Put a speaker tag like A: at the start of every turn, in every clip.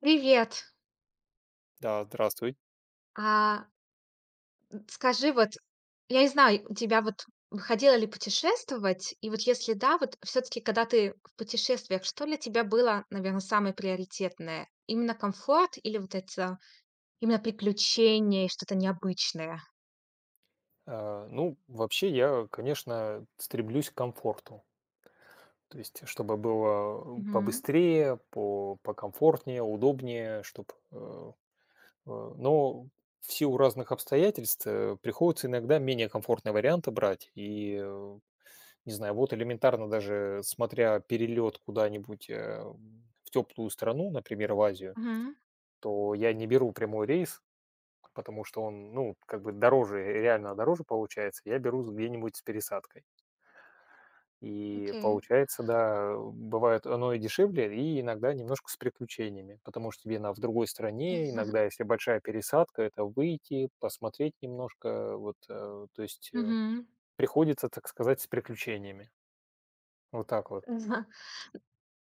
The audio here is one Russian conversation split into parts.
A: Привет.
B: Да, здравствуй.
A: А, Скажи, вот я не знаю, у тебя вот выходило ли путешествовать? И вот если да, вот все-таки, когда ты в путешествиях, что для тебя было, наверное, самое приоритетное? Именно комфорт или вот это именно приключение и что-то необычное?
B: Ну, вообще я, конечно, стремлюсь к комфорту. То есть, чтобы было
A: Мгм.
B: побыстрее, покомфортнее, удобнее, чтобы. Но в силу разных обстоятельств приходится иногда менее комфортные варианты брать. И не знаю, вот элементарно даже смотря перелет куда-нибудь в теплую страну, например, в Азию,
A: Мгм.
B: то я не беру прямой рейс. Потому что он, ну, как бы дороже, реально дороже получается. Я беру где-нибудь с пересадкой. И
A: Окей.
B: получается, да, бывает оно и дешевле, и иногда немножко с приключениями. Потому что тебе на в другой стране, иногда, если большая пересадка, это выйти, посмотреть немножко. Вот, то есть
A: Мгм.
B: приходится, так сказать, с приключениями. Вот так вот.
A: Мгм.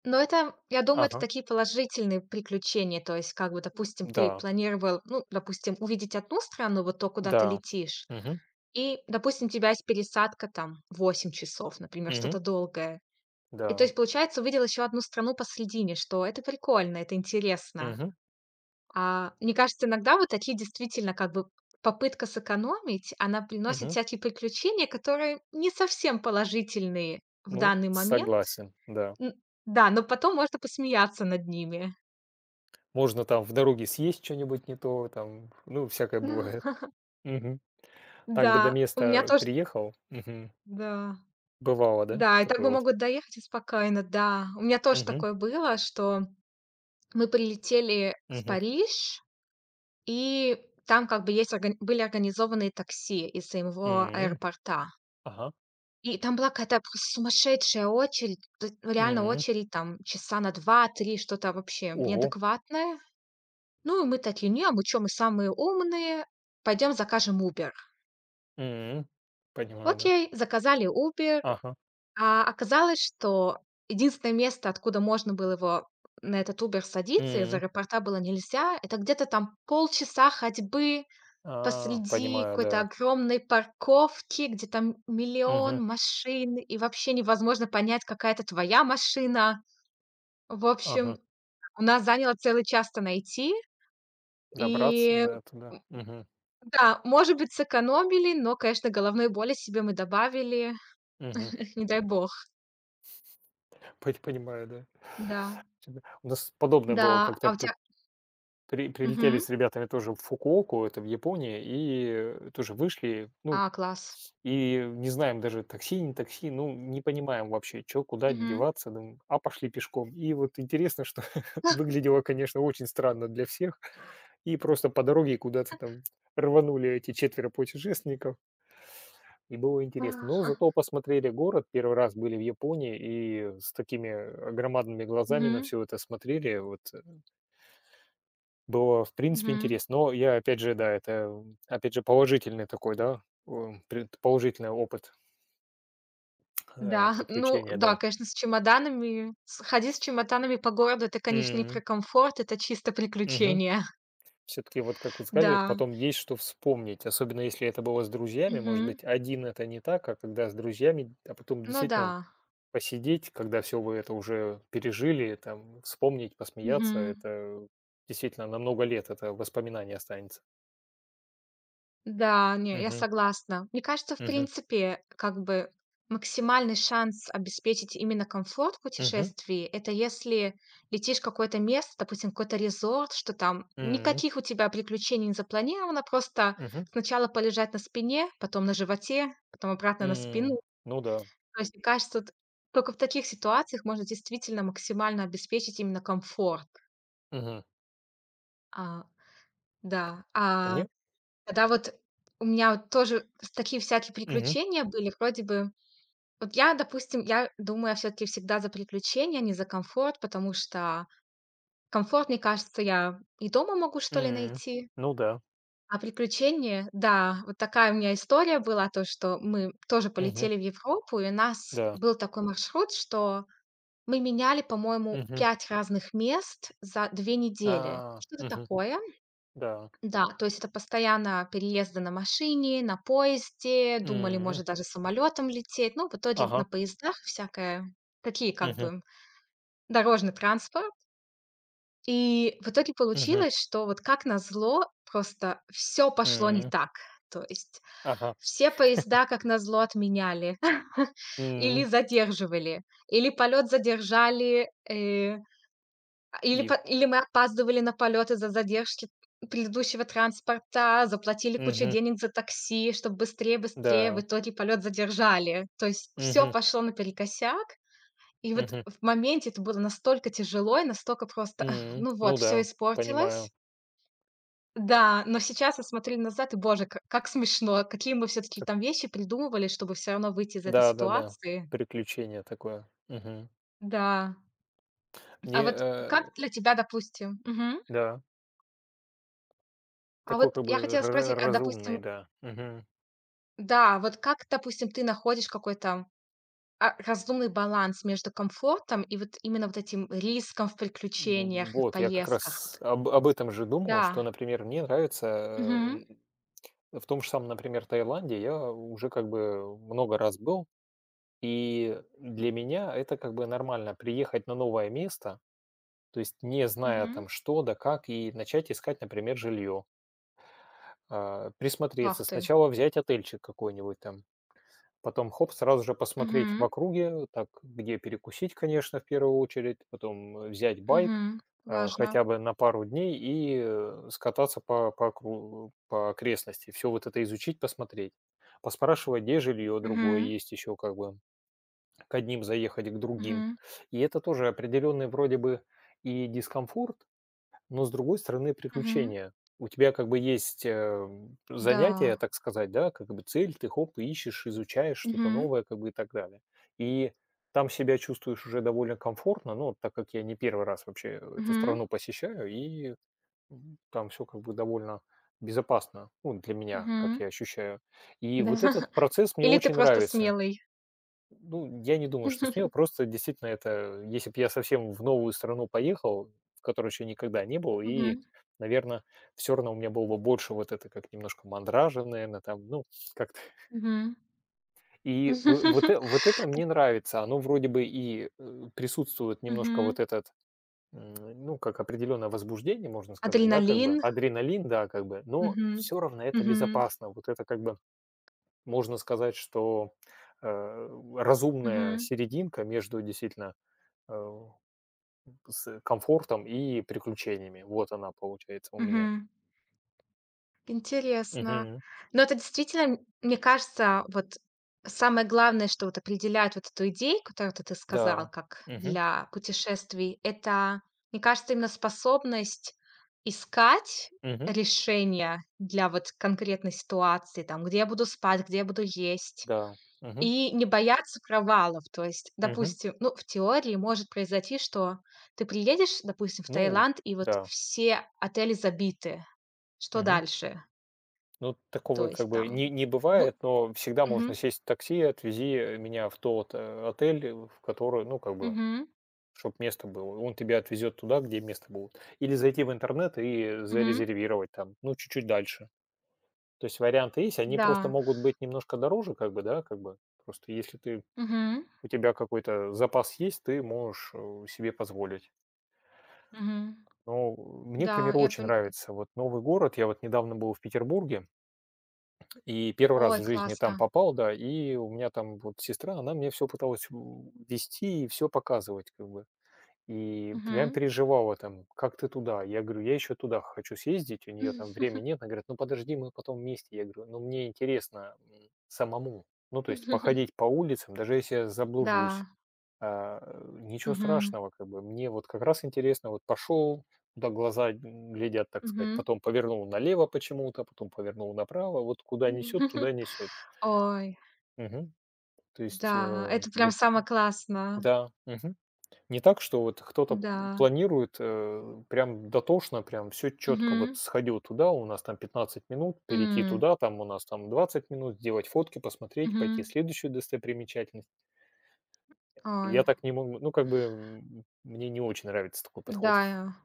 A: Но это, я думаю, это
B: Ага.
A: такие положительные приключения. То есть, как бы, допустим, ты
B: Да,
A: планировал, ну, допустим, увидеть одну страну, вот то, куда ты
B: да.
A: летишь.
B: Угу,
A: И, допустим, у тебя есть пересадка там 8 часов, например,
B: угу,
A: что-то долгое. И то
B: да.
A: есть, получается, увидел еще одну страну посредине, что это прикольно, это интересно.
B: Угу,
A: А, мне кажется, иногда вот такие действительно как бы попытка сэкономить, она приносит
B: угу.
A: всякие приключения, которые не совсем положительные в
B: Ну,
A: данный момент.
B: согласен, да.
A: Н Да, но потом можно посмеяться над ними.
B: Можно там в дороге съесть что нибудь не то, там, ну, всякое бывает. Мгм. Так бы до
A: Да, у меня
B: места
A: тоже
B: приехал. Мгм.
A: да.
B: Бывало, да?
A: Да, и так
B: Такое
A: бы
B: вот.
A: могут доехать и спокойно, да. У меня тоже
B: Мгм.
A: такое было, что мы прилетели в
B: Мгм.
A: Париж, и там как бы есть органи были организованные такси из самого
B: М.
A: аэропорта.
B: Ага.
A: И там была какая-то просто сумасшедшая очередь, то есть, ну, реально
B: М.
A: очередь там часа на два-три, что-то вообще
B: Ого.
A: неадекватное. Ну, и мы такие: «Не, а мы чё, мы самые умные, пойдем закажем Uber».
B: М. Понимаю, да.
A: Окей, заказали Uber,
B: Ага.
A: а оказалось, что единственное место, откуда можно было его, на этот Uber садиться, из
B: М.
A: аэропорта было нельзя. Это где-то там полчаса ходьбы
B: А,
A: посреди
B: понимаю,
A: какой-то
B: да.
A: огромной парковки, где там миллион
B: Мгм.
A: машин, и вообще невозможно понять, какая это твоя машина. В
B: Ага.
A: общем, у нас заняло целый час это найти.
B: Добраться,
A: И,
B: да, туда.
A: м,
B: Мгм.
A: да, может быть, сэкономили, но, конечно, головной боли себе мы добавили,
B: Мгм.
A: не дай бог.
B: Пот понимаю, да.
A: Да.
B: Тебя У нас подобное было,
A: Да,
B: как-то
A: а у
B: п
A: тебя.
B: при прилетели с ребятами тоже в Фукуоку, это в Японии, и тоже вышли, ну,
A: А, класс.
B: и не знаем даже такси, не такси, ну, не понимаем вообще, чё, куда
A: Мгм.
B: деваться, думаем, а пошли пешком. И вот интересно, что выглядело, конечно, очень странно для всех, и просто по дороге куда-то там рванули эти четверо путешественников, и было интересно. Но зато посмотрели город, первый раз были в Японии, и с такими, громадными глазами на
A: Мгм.
B: все это смотрели, вот, было, в принципе,
A: Мгм.
B: интересно. Но я, опять же, да, это, опять же, положительный такой, да, о, пред положительный опыт,
A: Да, ну
B: приключения,
A: да,
B: да.
A: конечно, с чемоданами. С Ходить с чемоданами по городу — это, конечно, не про
B: М,
A: комфорт, это чисто
B: мгм.
A: приключение.
B: Всё-таки, вот как вы сказали,
A: Да.
B: потом есть что вспомнить, особенно если это было с друзьями. Может
A: Мгм.
B: быть, один это не так, а когда с друзьями, а потом
A: Ну да.
B: действительно посидеть, когда все вы это уже пережили, там вспомнить, посмеяться —
A: Мгм.
B: это действительно на много лет это воспоминание останется.
A: Да, не, я
B: Мгм,
A: согласна. Мне кажется, в
B: мгм,
A: принципе, как бы максимальный шанс обеспечить именно комфорт
B: мгм,
A: путешествий — это если летишь в какое-то место, допустим, какой-то резорт, что там
B: м,
A: никаких у тебя приключений не запланировано, просто
B: мгм,
A: сначала полежать на спине, потом на животе, потом обратно на
B: м.
A: спину.
B: Ну да.
A: То есть, мне кажется, т только в таких ситуациях можно действительно максимально обеспечить именно комфорт.
B: Мгм.
A: А, да,
B: Ко
A: а
B: мне?
A: когда вот у меня вот тоже с такие всякие
B: Мгм,
A: приключения были, вроде бы вот я, допустим, я думаю, я все таки всегда за приключения, не за комфорт, потому что комфорт, мне кажется, я и дома могу, что ли,
B: м.
A: найти,
B: Ну да.
A: а приключения да, вот такая у меня история была, то, что мы тоже
B: Мгм,
A: полетели в Европу, и у нас
B: да.
A: был такой маршрут, что мы меняли, по-моему,
B: Мгм.
A: 5 разных мест за 2
B: А,
A: недели. Что-то
B: мгм,
A: такое.
B: да.
A: Да, то есть это постоянно переезды на машине, на поезде, думали,
B: М.
A: может, даже самолетом лететь. Ну, в итоге
B: Ага.
A: на поездах всякое, такие как
B: Мгм,
A: бы дорожный транспорт. И в итоге
B: мгм,
A: получилось, что вот как назло, просто все пошло не
B: м,
A: так. То есть
B: ага,
A: все поезда, как назло, отменяли или
B: м,
A: задерживали, или полет задержали, или
B: и,
A: по или мы опаздывали на полёт из-за задержки предыдущего транспорта, заплатили кучу
B: мгм,
A: денег за такси, чтобы быстрее, быстрее,
B: да,
A: в итоге полет задержали. То есть все
B: мгм,
A: пошло наперекосяк. И вот
B: мгм,
A: в моменте это было настолько тяжело и настолько просто,
B: м.
A: ну
B: Ну
A: вот, все
B: да, понимаю.
A: испортилось. Да, но сейчас я смотрю назад и, боже, к как смешно, какие мы все таки
B: Так,
A: там вещи придумывали, чтобы все равно выйти из этой
B: да-да-да,
A: ситуации.
B: приключение такое. Мгм.
A: Да. А
B: Мне,
A: вот как
B: э,
A: для тебя, допустим. Мгм.
B: да,
A: А
B: такой
A: вот
B: как
A: я
B: бы
A: хотела
B: ра
A: спросить, а,
B: разумный,
A: допустим,
B: да. Мгм.
A: да, вот как, допустим, ты находишь какой-то, а, разумный баланс между комфортом и вот именно вот этим риском в
B: В
A: приключениях и в
B: вот, я как
A: поездках?
B: раз
A: Вот
B: об этом же думал,
A: да.
B: что, например, мне нравится, э,
A: Мгм,
B: н в том же самом, например, Таиланде я уже как бы много раз был, и для меня это как бы нормально приехать на новое место. То есть, не зная
A: мгм.
B: там что да как, и начать искать, например, жилье. А, присмотреться,
A: Ах ты.
B: сначала взять отельчик какой-нибудь там, потом хоп, сразу же посмотреть в
A: Мгм,
B: округе, так, где перекусить, конечно, в первую очередь, потом, взять байк,
A: мгм.
B: а,
A: Важно.
B: хотя бы на пару дней и, скататься по окрестности. Все вот это изучить, посмотреть. Поспрашивать, где жилье другое
A: Мгм,
B: есть еще как бы, к одним заехать, к другим.
A: мгм,
B: И это тоже определенный вроде бы и дискомфорт, но, с другой стороны,
A: мгм.
B: приключения. У тебя как бы есть,
A: Да.
B: занятие, так сказать, да, как бы цель, ты хоп, ищешь, изучаешь что-то
A: Мгм,
B: новое, как бы и так далее. И там себя чувствуешь уже довольно комфортно, ну, так как я не первый раз вообще эту
A: мгм,
B: страну посещаю, и, там все как бы довольно безопасно, ну, для меня, как
A: мгм.
B: я ощущаю. И
A: Да.
B: вот этот процесс мне
A: Или ты
B: очень
A: просто
B: нравится.
A: смелый?
B: Ну, я не думаю, что смело. Просто действительно это, если бы я совсем в новую страну поехал, в которой еще никогда не был, и,
A: Мгм,
B: наверное, все равно у меня было бы больше вот это как немножко мандража, наверное, там, ну, как-то.
A: мгм.
B: И вот, вот это мне нравится. Оно вроде бы и присутствует немножко
A: Мгм.
B: вот этот, м, ну, как определенное возбуждение, можно сказать, да, как
A: Адреналин.
B: бы, адреналин, да, как бы, но
A: Мгм.
B: все равно это
A: Мгм.
B: безопасно. Вот это как бы, можно сказать, что э, разумная
A: Мгм,
B: серединка между действительно Э, с комфортом и приключениями. Вот она получается у меня.
A: мгм. Интересно.
B: Мгм.
A: Но это действительно, мне кажется, вот самое главное, что вот определяет вот эту идею, которую ты
B: Да.
A: сказал, как
B: Мгм.
A: для путешествий, это, мне кажется, именно способность искать
B: Мгм.
A: решения для вот конкретной ситуации, там, где я буду спать, где я буду есть,
B: Да. Мгм.
A: и не бояться провалов. То есть,
B: Мгм.
A: допустим, ну, в теории может произойти, что ты приедешь, допустим, в
B: Ну
A: Таиланд, и вот
B: да.
A: все отели забиты. Что
B: Мгм.
A: дальше?
B: Ну,
A: То
B: такого как
A: есть
B: бы не
A: там
B: не
A: в
B: бывает, но всегда можно
A: Мгм,
B: сесть в такси, отвези, меня в тот, отель, в который, ну, как бы,
A: мгм,
B: чтоб место было. Он тебя отвезет туда, где место будет. Или зайти в интернет и
A: мгм,
B: зарезервировать там, ну, чуть-чуть дальше. То есть варианты есть, они просто
A: да,
B: могут быть немножко дороже, как бы, да, как бы. Просто если ты
A: мгм,
B: У тебя какой-то запас есть, ты можешь, себе позволить.
A: мгм,
B: Но мне, к
A: да,
B: примеру,
A: я
B: очень
A: пон
B: нравится вот новый город. Я вот недавно был в Петербурге и первый раз
A: ой,
B: в жизни там
A: классно,
B: попал, да, и у меня там вот сестра, она мне все пыталась в вести и все показывать как бы. И прям
A: мгм.
B: переживала там: «Как ты туда?» Я говорю: «Я еще туда хочу съездить». У нее там времени нет. Она говорит: «Ну, подожди, мы потом вместе». Я говорю: «Ну, мне интересно, самому». Ну, то есть походить по улицам, даже если я заблужусь,
A: Да,
B: а ничего
A: мгм,
B: страшного, как бы. Мне вот как раз интересно, вот пошел, куда глаза глядят, так сказать,
A: мгм.
B: потом повернул налево почему-то, потом повернул направо, вот куда несет, туда несет.
A: Ой,
B: Мгм. То есть,
A: да, это прям
B: вот,
A: самое классное,
B: да, мгм. Не так, что вот кто-то
A: да,
B: планирует прям дотошно, прям все четко, вот
A: мгм,
B: сходил туда, у нас там 15 минут, перейти
A: м,
B: туда, там у нас там 20 минут, сделать фотки, посмотреть, пойти
A: мгм,
B: в следующую достопримечательность. Я
A: ой,
B: так не могу, ну, как бы, мне не очень нравится такой подход.
A: да.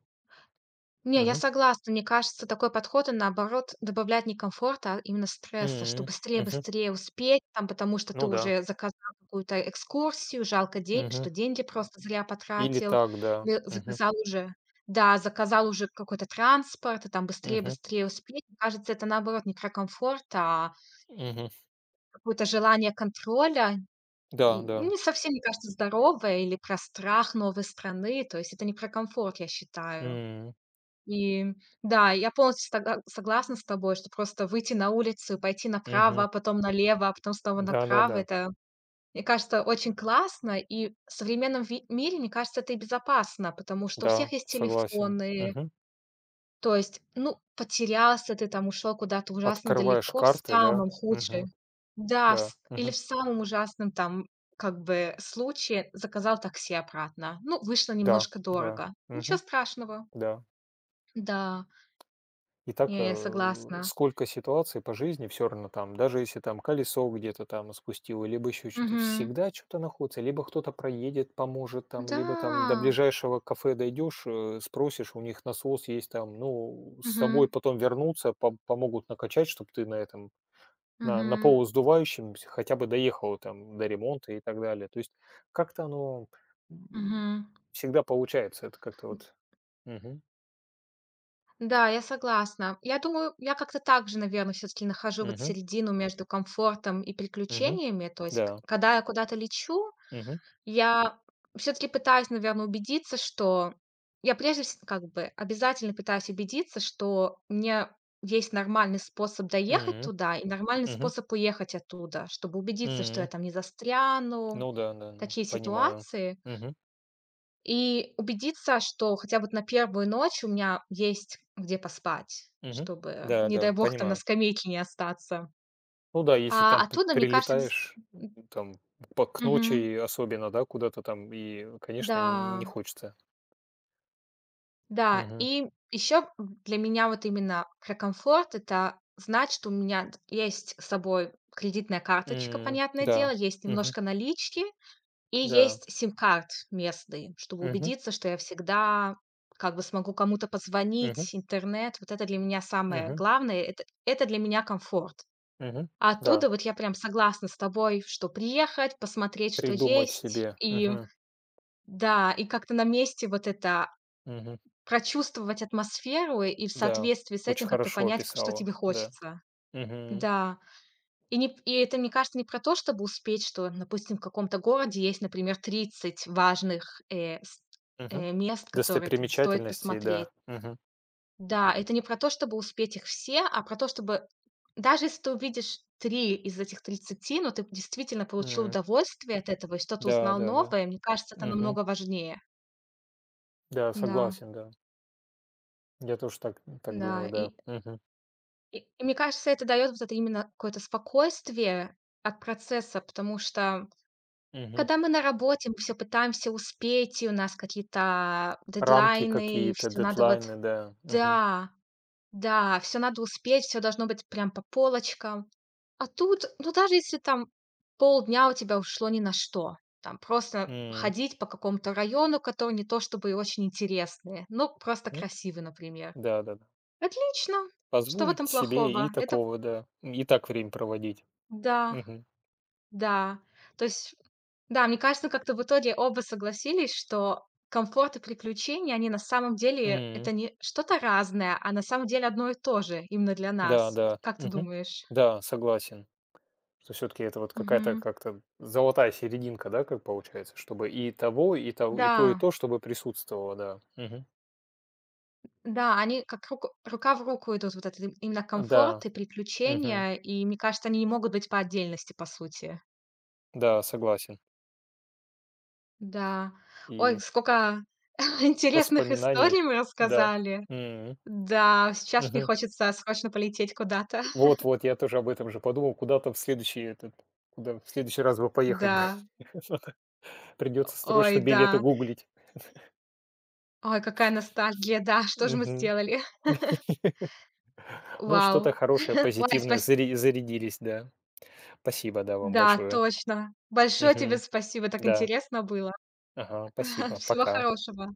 A: Не, я
B: Мгм.
A: согласна. Мне кажется, такой подход, он, наоборот, добавляет не комфорта, а именно стресса, что
B: М, мгм.
A: быстрее-быстрее успеть, там, потому что ты
B: Ну да.
A: уже заказал какую-то экскурсию, жалко, день,
B: Мгм.
A: что деньги просто зря
B: Или
A: потратил,
B: так, да.
A: или
B: Мгм.
A: заказал уже да, заказал уже какой-то транспорт, и там
B: Мгм.
A: быстрее-быстрее успеть. Мне кажется, это, наоборот, не про комфорт, а
B: Мгм.
A: какое-то желание контроля,
B: Да,
A: н
B: да.
A: не совсем, мне кажется, здоровое, или про страх новой страны. То есть это не про комфорт, я считаю.
B: М,
A: И да, я полностью стога согласна с тобой, что просто выйти на улицу, пойти
B: мгм.
A: направо, а потом налево, а потом снова
B: Да-да-да. Да,
A: направо —
B: да.
A: это, мне кажется, очень классно. И в современном ви мире, мне кажется, это и безопасно, потому что у
B: Да,
A: всех есть
B: согласен.
A: телефоны.
B: Мгм.
A: То есть, ну, потерялся ты там, ушел куда-то ужасно
B: Открываешь
A: далеко, в
B: карты, да?
A: самом худшем
B: Мгм.
A: да, в
B: Да.
A: с или
B: Мгм.
A: в самом ужасном там как бы случае заказал такси обратно. Ну, вышло
B: Да,
A: немножко
B: да.
A: дорого. Ничего
B: Мгм.
A: страшного.
B: Да.
A: Да,
B: И так,
A: не, я согласна.
B: сколько ситуаций по жизни все равно там, даже если там колесо где-то там спустило, либо еще что то
A: Мгм.
B: всегда что то находится. Либо кто-то проедет, поможет там, либо там до
A: Да.
B: ближайшего кафе дойдешь, спросишь, у них насос есть там, ну, с собой
A: Мгм.
B: потом вернуться помогут накачать, чтобы ты на этом, на
A: Мгм.
B: полуздувающемся хотя бы доехал там до ремонта и так далее. То есть как-то оно, м,
A: Мгм.
B: всегда получается. Это как-то вот. Мгм,
A: Да, я согласна. Я думаю, я как-то так же, наверное, всё-таки нахожу вот
B: мгм,
A: середину между комфортом и
B: мгм,
A: приключениями. То есть, к
B: да,
A: когда я куда-то лечу,
B: мгм,
A: я все таки пытаюсь, наверное, убедиться, что я прежде вс как бы обязательно пытаюсь убедиться, что мне есть нормальный способ доехать
B: м.
A: туда и нормальный
B: Мгм.
A: способ уехать оттуда, чтобы убедиться, что я
B: М.
A: там не застряну.
B: Ну да, да, да,
A: Такие
B: понимаю.
A: ситуации.
B: Мгм,
A: И убедиться, что хотя бы на первую ночь у меня есть где поспать,
B: мгм.
A: чтобы,
B: Да,
A: не дай
B: да,
A: бог, там на
B: понимаю.
A: скамейке не остаться.
B: Ну да, если
A: А
B: там п
A: оттуда, мне кажется, дис
B: прилетаешь, там по к
A: мгм.
B: ночи особенно, да, куда-то там, и, конечно,
A: Да,
B: н не хочется.
A: да.
B: Мгм.
A: И еще для меня вот именно про комфорт — это знать, что у меня есть с собой кредитная карточка,
B: М,
A: понятное
B: да.
A: дело, есть
B: Мгм.
A: немножко налички. И
B: Да.
A: есть сим-карт местный, чтобы
B: Мгм,
A: убедиться, что я всегда как бы смогу кому-то
B: мгм,
A: позвонить, интернет. Вот это для меня самое
B: мгм,
A: главное. Это для меня комфорт.
B: мгм.
A: А
B: Да,
A: оттуда вот я прям согласна с тобой, что приехать, посмотреть, что
B: придумать
A: есть.
B: себе.
A: И
B: Мгм,
A: да, и как-то на месте вот это
B: мгм.
A: прочувствовать атмосферу и в
B: Да,
A: соответствии с
B: очень
A: этим как-то
B: хорошо
A: понять, что
B: описала,
A: тебе
B: да.
A: хочется.
B: Мгм,
A: Да. И это, мне кажется, не про то, чтобы успеть, что, допустим, в каком-то городе есть, например, 30 важных,
B: мгм.
A: мест, которые там стоит
B: Достопримечательности,
A: посмотреть.
B: да. Мгм.
A: Да, это не про то, чтобы успеть их все, а про то, чтобы даже если ты увидишь 3 из этих 30, но ты действительно получил
B: М.
A: удовольствие от этого и что-то
B: Да,
A: узнал
B: да, да.
A: новое, мне кажется, это
B: Мгм.
A: намного важнее.
B: Да,
A: Да,
B: согласен, да. Я тоже так думаю,
A: да.
B: да.
A: И
B: Мгм,
A: и и мне кажется, это дает вот это именно какое-то спокойствие от процесса, потому что
B: мгм.
A: когда мы на работе, мы все пытаемся успеть, и у нас какие-то
B: Рамки
A: дедлайны, и
B: какие-то,
A: всё надо вот.
B: дедлайны, да. Мгм.
A: Да, да, все надо успеть, все должно быть прям по полочкам. А тут, ну, даже если там полдня у тебя ушло ни на что, там просто
B: М.
A: ходить по какому-то району, который не то чтобы и очень интересный, но просто
B: Ну
A: красивый, например.
B: да-да-да.
A: Отлично! Что в
B: Позволить
A: этом
B: себе и
A: плохого? Это.
B: такого, да. И так время проводить.
A: Да.
B: Мгм.
A: Да, то есть, да, мне кажется, как-то в итоге оба согласились, что комфорт и приключения, они на самом деле
B: М.
A: это не что-то разное, а на самом деле одно и то же именно для
B: Да,
A: нас.
B: да.
A: Как ты
B: Мгм.
A: думаешь?
B: Да, согласен. Что все таки это вот какая-то
A: Мгм.
B: как-то золотая серединка, да, как получается, чтобы и того, и того, и
A: Да,
B: то, чтобы присутствовало, да. Мгм.
A: да, они как рука в руку идут, вот это именно
B: А, да.
A: комфорт и
B: Мгм.
A: приключения, и мне кажется, они не могут быть по отдельности, по сути.
B: Да, согласен.
A: Да. Ой,
B: И
A: сколько интересных
B: воспоминаний,
A: историй мы
B: да.
A: рассказали. Да, сейчас мне
B: Мгм.
A: хочется срочно полететь куда-то.
B: Вот-вот, я тоже об этом же подумал, куда-то в следующий этот, куда в следующий раз бы поехать
A: Да,
B: бы. Придется срочно билеты
A: да.
B: гуглить.
A: Ой, какая ностальгия, да, что же мы
B: Мгм.
A: сделали?
B: Ну,
A: Вау.
B: что-то хорошее,
A: Ой,
B: позитивное,
A: спас
B: зарядились, да. Спасибо, да, вам
A: Да,
B: большое.
A: точно. Большое тебе
B: Мгм.
A: спасибо, так
B: Да.
A: интересно было.
B: Ага, спасибо.
A: Всего
B: Пока.
A: хорошего.